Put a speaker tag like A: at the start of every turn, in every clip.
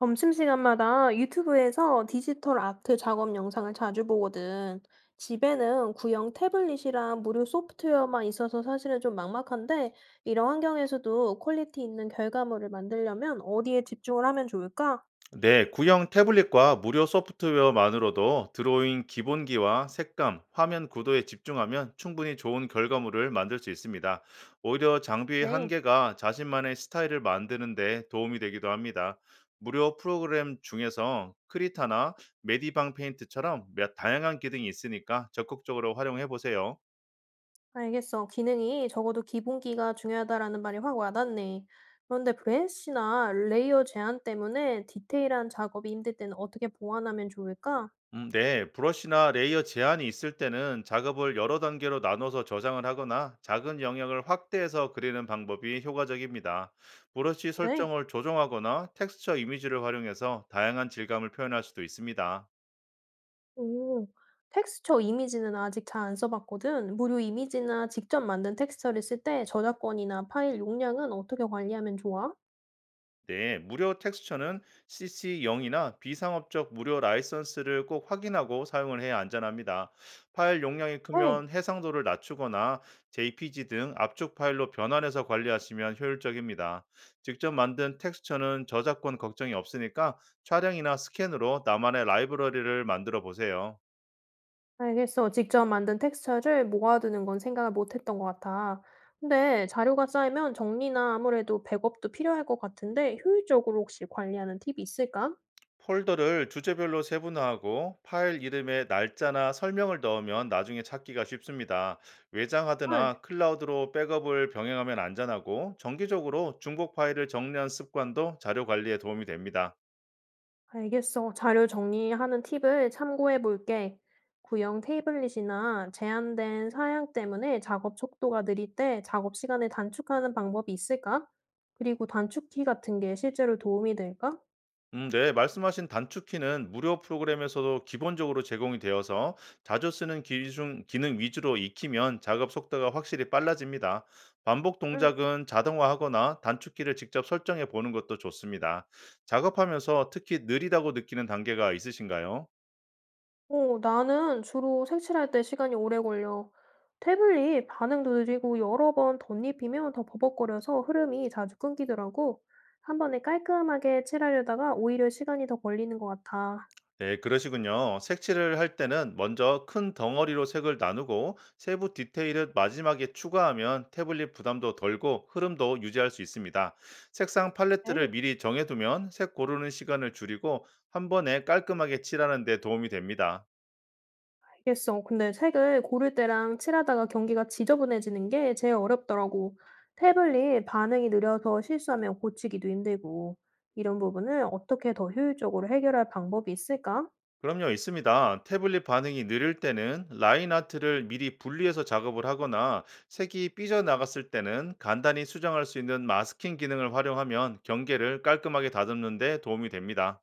A: 점심시간마다 유튜브에서 디지털 아트 작업 영상을 자주 보거든. 집에는 구형 태블릿이랑 무료 소프트웨어만 있어서 사실은 좀 막막한데, 이런 환경에서도 퀄리티 있는 결과물을 만들려면 어디에 집중을 하면 좋을까?
B: 네, 구형 태블릿과 무료 소프트웨어만으로도 드로잉 기본기와 색감, 화면 구도에 집중하면 충분히 좋은 결과물을 만들 수 있습니다. 오히려 장비의
A: 네,
B: 한계가 자신만의 스타일을 만드는데 도움이 되기도 합니다. 무료 프로그램 중에서 크리타나 메디방 페인트처럼 몇 다양한 기능이 있으니까 적극적으로 활용해 보세요.
A: 알겠어. 기능이 적어도 기본기가 중요하다라는 말이 확 와닿네. 그런데 브레시나 레이어 제한 때문에 디테일한 작업이 힘들 때는 어떻게 보완하면 좋을까?
B: 네. 브러쉬나 레이어 제한이 있을 때는 작업을 여러 단계로 나눠서 저장을 하거나 작은 영역을 확대해서 그리는 방법이 효과적입니다. 브러쉬
A: 그래.
B: 설정을 조정하거나 텍스처 이미지를 활용해서 다양한 질감을 표현할 수도 있습니다.
A: 오. 텍스처 이미지는 아직 잘 안 써 봤거든. 무료 이미지나 직접 만든 텍스처를 쓸 때 저작권이나 파일 용량은 어떻게 관리하면 좋아?
B: 네, 무료 텍스처는 CC0이나 비상업적 무료 라이선스를 꼭 확인하고 사용을 해야 안전합니다. 파일 용량이
A: 네.
B: 크면 해상도를 낮추거나 JPG 등 압축 파일로 변환해서 관리하시면 효율적입니다. 직접 만든 텍스처는 저작권 걱정이 없으니까 촬영이나 스캔으로 나만의 라이브러리를 만들어 보세요.
A: 알겠어. 직접 만든 텍스처를 모아두는 건 생각을 못 했던 것 같아. 근데 자료가 쌓이면 정리나 아무래도 백업도 필요할 것 같은데 효율적으로 혹시 관리하는 팁이 있을까?
B: 폴더를 주제별로 세분화하고 파일 이름에 날짜나 설명을 넣으면 나중에 찾기가 쉽습니다. 외장하드나 클라우드로 백업을 병행하면 안전하고 정기적으로 중복 파일을 정리한 습관도 자료 관리에 도움이 됩니다.
A: 알겠어. 자료 정리하는 팁을 참고해 볼게. 구형 테이블릿이나 제한된 사양 때문에 작업 속도가 느릴 때 작업 시간을 단축하는 방법이 있을까? 그리고 단축키 같은 게 실제로 도움이 될까?
B: 네, 말씀하신 단축키는 무료 프로그램에서도 기본적으로 제공이 되어서 자주 쓰는 기준, 기능 위주로 익히면 작업 속도가 확실히 빨라집니다. 반복
A: 응.
B: 동작은 자동화하거나 단축키를 직접 설정해 보는 것도 좋습니다. 작업하면서 특히 느리다고 느끼는 단계가 있으신가요?
A: 나는 주로 색칠할 때 시간이 오래 걸려. 태블릿 반응도 느리고 여러 번 덧입히면 더 버벅거려서 흐름이 자주 끊기더라고. 한 번에 깔끔하게 칠하려다가 오히려 시간이 더 걸리는 것 같아.
B: 네, 그러시군요. 색칠을 할 때는 먼저 큰 덩어리로 색을 나누고 세부 디테일을 마지막에 추가하면 태블릿 부담도 덜고 흐름도 유지할 수 있습니다. 색상 팔레트를
A: 네.
B: 미리 정해두면 색 고르는 시간을 줄이고 한 번에 깔끔하게 칠하는 데 도움이 됩니다.
A: 알겠어. 근데 색을 고를 때랑 칠하다가 경기가 지저분해지는 게 제일 어렵더라고. 태블릿 반응이 느려서 실수하면 고치기도 힘들고. 이런 부분을 어떻게 더 효율적으로 해결할 방법이 있을까?
B: 그럼요, 있습니다. 태블릿 반응이 느릴 때는 라인 아트를 미리 분리해서 작업을 하거나 색이 삐져나갔을 때는 간단히 수정할 수 있는 마스킹 기능을 활용하면 경계를 깔끔하게 다듬는 데 도움이 됩니다.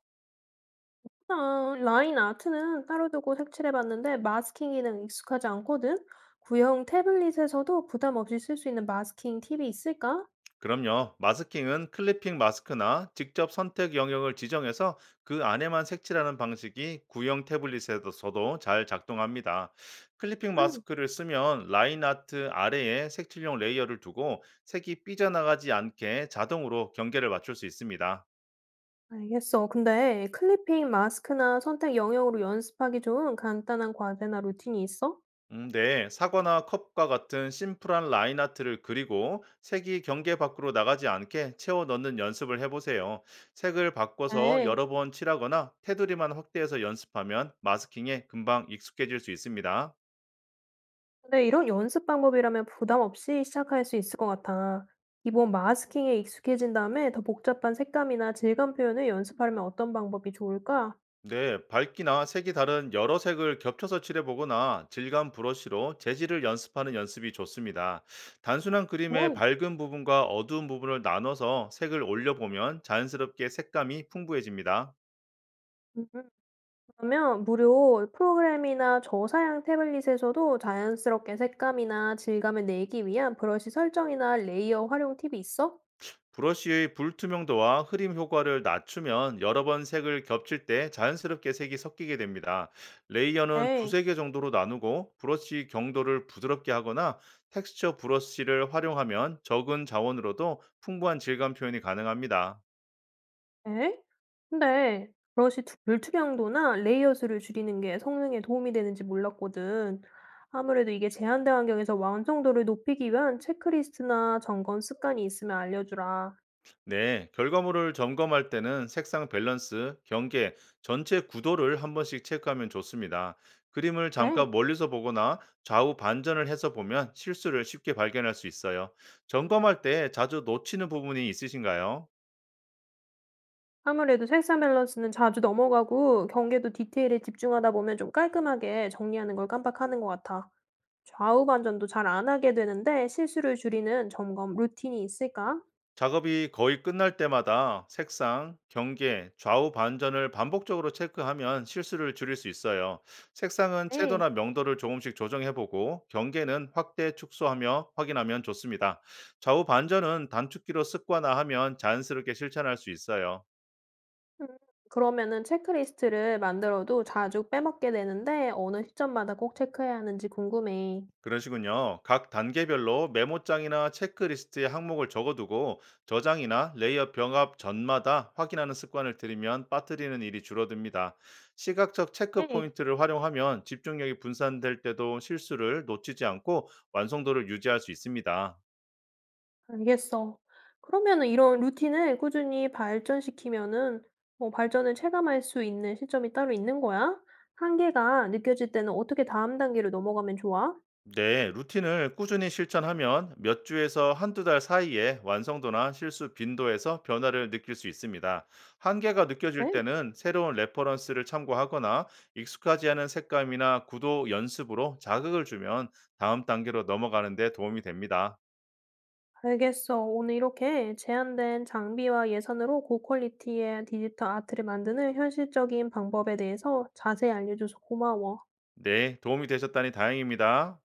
A: 아, 라인 아트는 따로 두고 색칠해봤는데 마스킹 기능 익숙하지 않거든? 구형 태블릿에서도 부담 없이 쓸 수 있는 마스킹 팁이 있을까?
B: 그럼요. 마스킹은 클리핑 마스크나 직접 선택 영역을 지정해서 그 안에만 색칠하는 방식이 구형 태블릿에서도 잘 작동합니다. 클리핑
A: 응,
B: 마스크를 쓰면 라인 아트 아래에 색칠용 레이어를 두고 색이 삐져나가지 않게 자동으로 경계를 맞출 수 있습니다.
A: 알겠어. 근데 클리핑 마스크나 선택 영역으로 연습하기 좋은 간단한 과제나 루틴이 있어?
B: 네, 사과나 컵과 같은 심플한 라인 아트를 그리고 색이 경계 밖으로 나가지 않게 채워 넣는 연습을 해보세요. 색을 바꿔서
A: 네.
B: 여러 번 칠하거나 테두리만 확대해서 연습하면 마스킹에 금방 익숙해질 수 있습니다.
A: 근데 이런 연습 방법이라면 부담 없이 시작할 수 있을 것 같아. 기본 마스킹에 익숙해진 다음에 더 복잡한 색감이나 질감 표현을 연습하려면 어떤 방법이 좋을까?
B: 네, 밝기나 색이 다른 여러 색을 겹쳐서 칠해보거나 질감 브러쉬로 재질을 연습하는 연습이 좋습니다. 단순한 그림의
A: 네.
B: 밝은 부분과 어두운 부분을 나눠서 색을 올려보면 자연스럽게 색감이 풍부해집니다.
A: 음, 그러면 무료 프로그램이나 저사양 태블릿에서도 자연스럽게 색감이나 질감을 내기 위한 브러쉬 설정이나 레이어 활용 팁이 있어?
B: 브러쉬의 불투명도와 흐림 효과를 낮추면 여러 번 색을 겹칠 때 자연스럽게 색이 섞이게 됩니다. 레이어는
A: 네.
B: 두세 개 정도로 나누고 브러쉬 경도를 부드럽게 하거나 텍스처 브러쉬를 활용하면 적은 자원으로도 풍부한 질감 표현이 가능합니다.
A: 네. 근데 브러쉬 투 물투명도나 레이어 수를 줄이는 게 성능에 도움이 되는지 몰랐거든. 아무래도 이게 제한된 환경에서 완성도를 높이기 위한 체크리스트나 점검 습관이 있으면 알려주라.
B: 네, 결과물을 점검할 때는 색상 밸런스, 경계, 전체 구도를 한 번씩 체크하면 좋습니다. 그림을
A: 네.
B: 잠깐 멀리서 보거나 좌우 반전을 해서 보면 실수를 쉽게 발견할 수 있어요. 점검할 때 자주 놓치는 부분이 있으신가요?
A: 아무래도 색상 밸런스는 자주 넘어가고 경계도 디테일에 집중하다 보면 좀 깔끔하게 정리하는 걸 깜빡하는 것 같아. 좌우 반전도 잘 안 하게 되는데 실수를 줄이는 점검 루틴이 있을까?
B: 작업이 거의 끝날 때마다 색상, 경계, 좌우 반전을 반복적으로 체크하면 실수를 줄일 수 있어요. 색상은
A: 네.
B: 채도나 명도를 조금씩 조정해보고 경계는 확대, 축소하며 확인하면 좋습니다. 좌우 반전은 단축키로 습관화하면 자연스럽게 실천할 수 있어요.
A: 음 그러면은 체크리스트를 만들어도 자주 빼먹게 되는데 어느 시점마다 꼭 체크해야 하는지 궁금해.
B: 그러시군요. 각 단계별로 메모장이나 체크리스트에 항목을 적어두고 저장이나 레이어 병합 전마다 확인하는 습관을 들이면 빠뜨리는 일이 줄어듭니다. 시각적 체크
A: 네,
B: 포인트를 활용하면 집중력이 분산될 때도 실수를 놓치지 않고 완성도를 유지할 수 있습니다.
A: 알겠어. 그러면은 이런 루틴을 꾸준히 발전시키면은 뭐 발전을 체감할 수 있는 시점이 따로 있는 거야? 한계가 느껴질 때는 어떻게 다음 단계로 넘어가면 좋아?
B: 네, 루틴을 꾸준히 실천하면 몇 주에서 한두 달 사이에 완성도나 실수 빈도에서 변화를 느낄 수 있습니다. 한계가 느껴질
A: 네,
B: 때는 새로운 레퍼런스를 참고하거나 익숙하지 않은 색감이나 구도 연습으로 자극을 주면 다음 단계로 넘어가는 데 도움이 됩니다.
A: 알겠어. 오늘 이렇게 제한된 장비와 예산으로 고퀄리티의 디지털 아트를 만드는 현실적인 방법에 대해서 자세히 알려줘서 고마워.
B: 네, 도움이 되셨다니 다행입니다.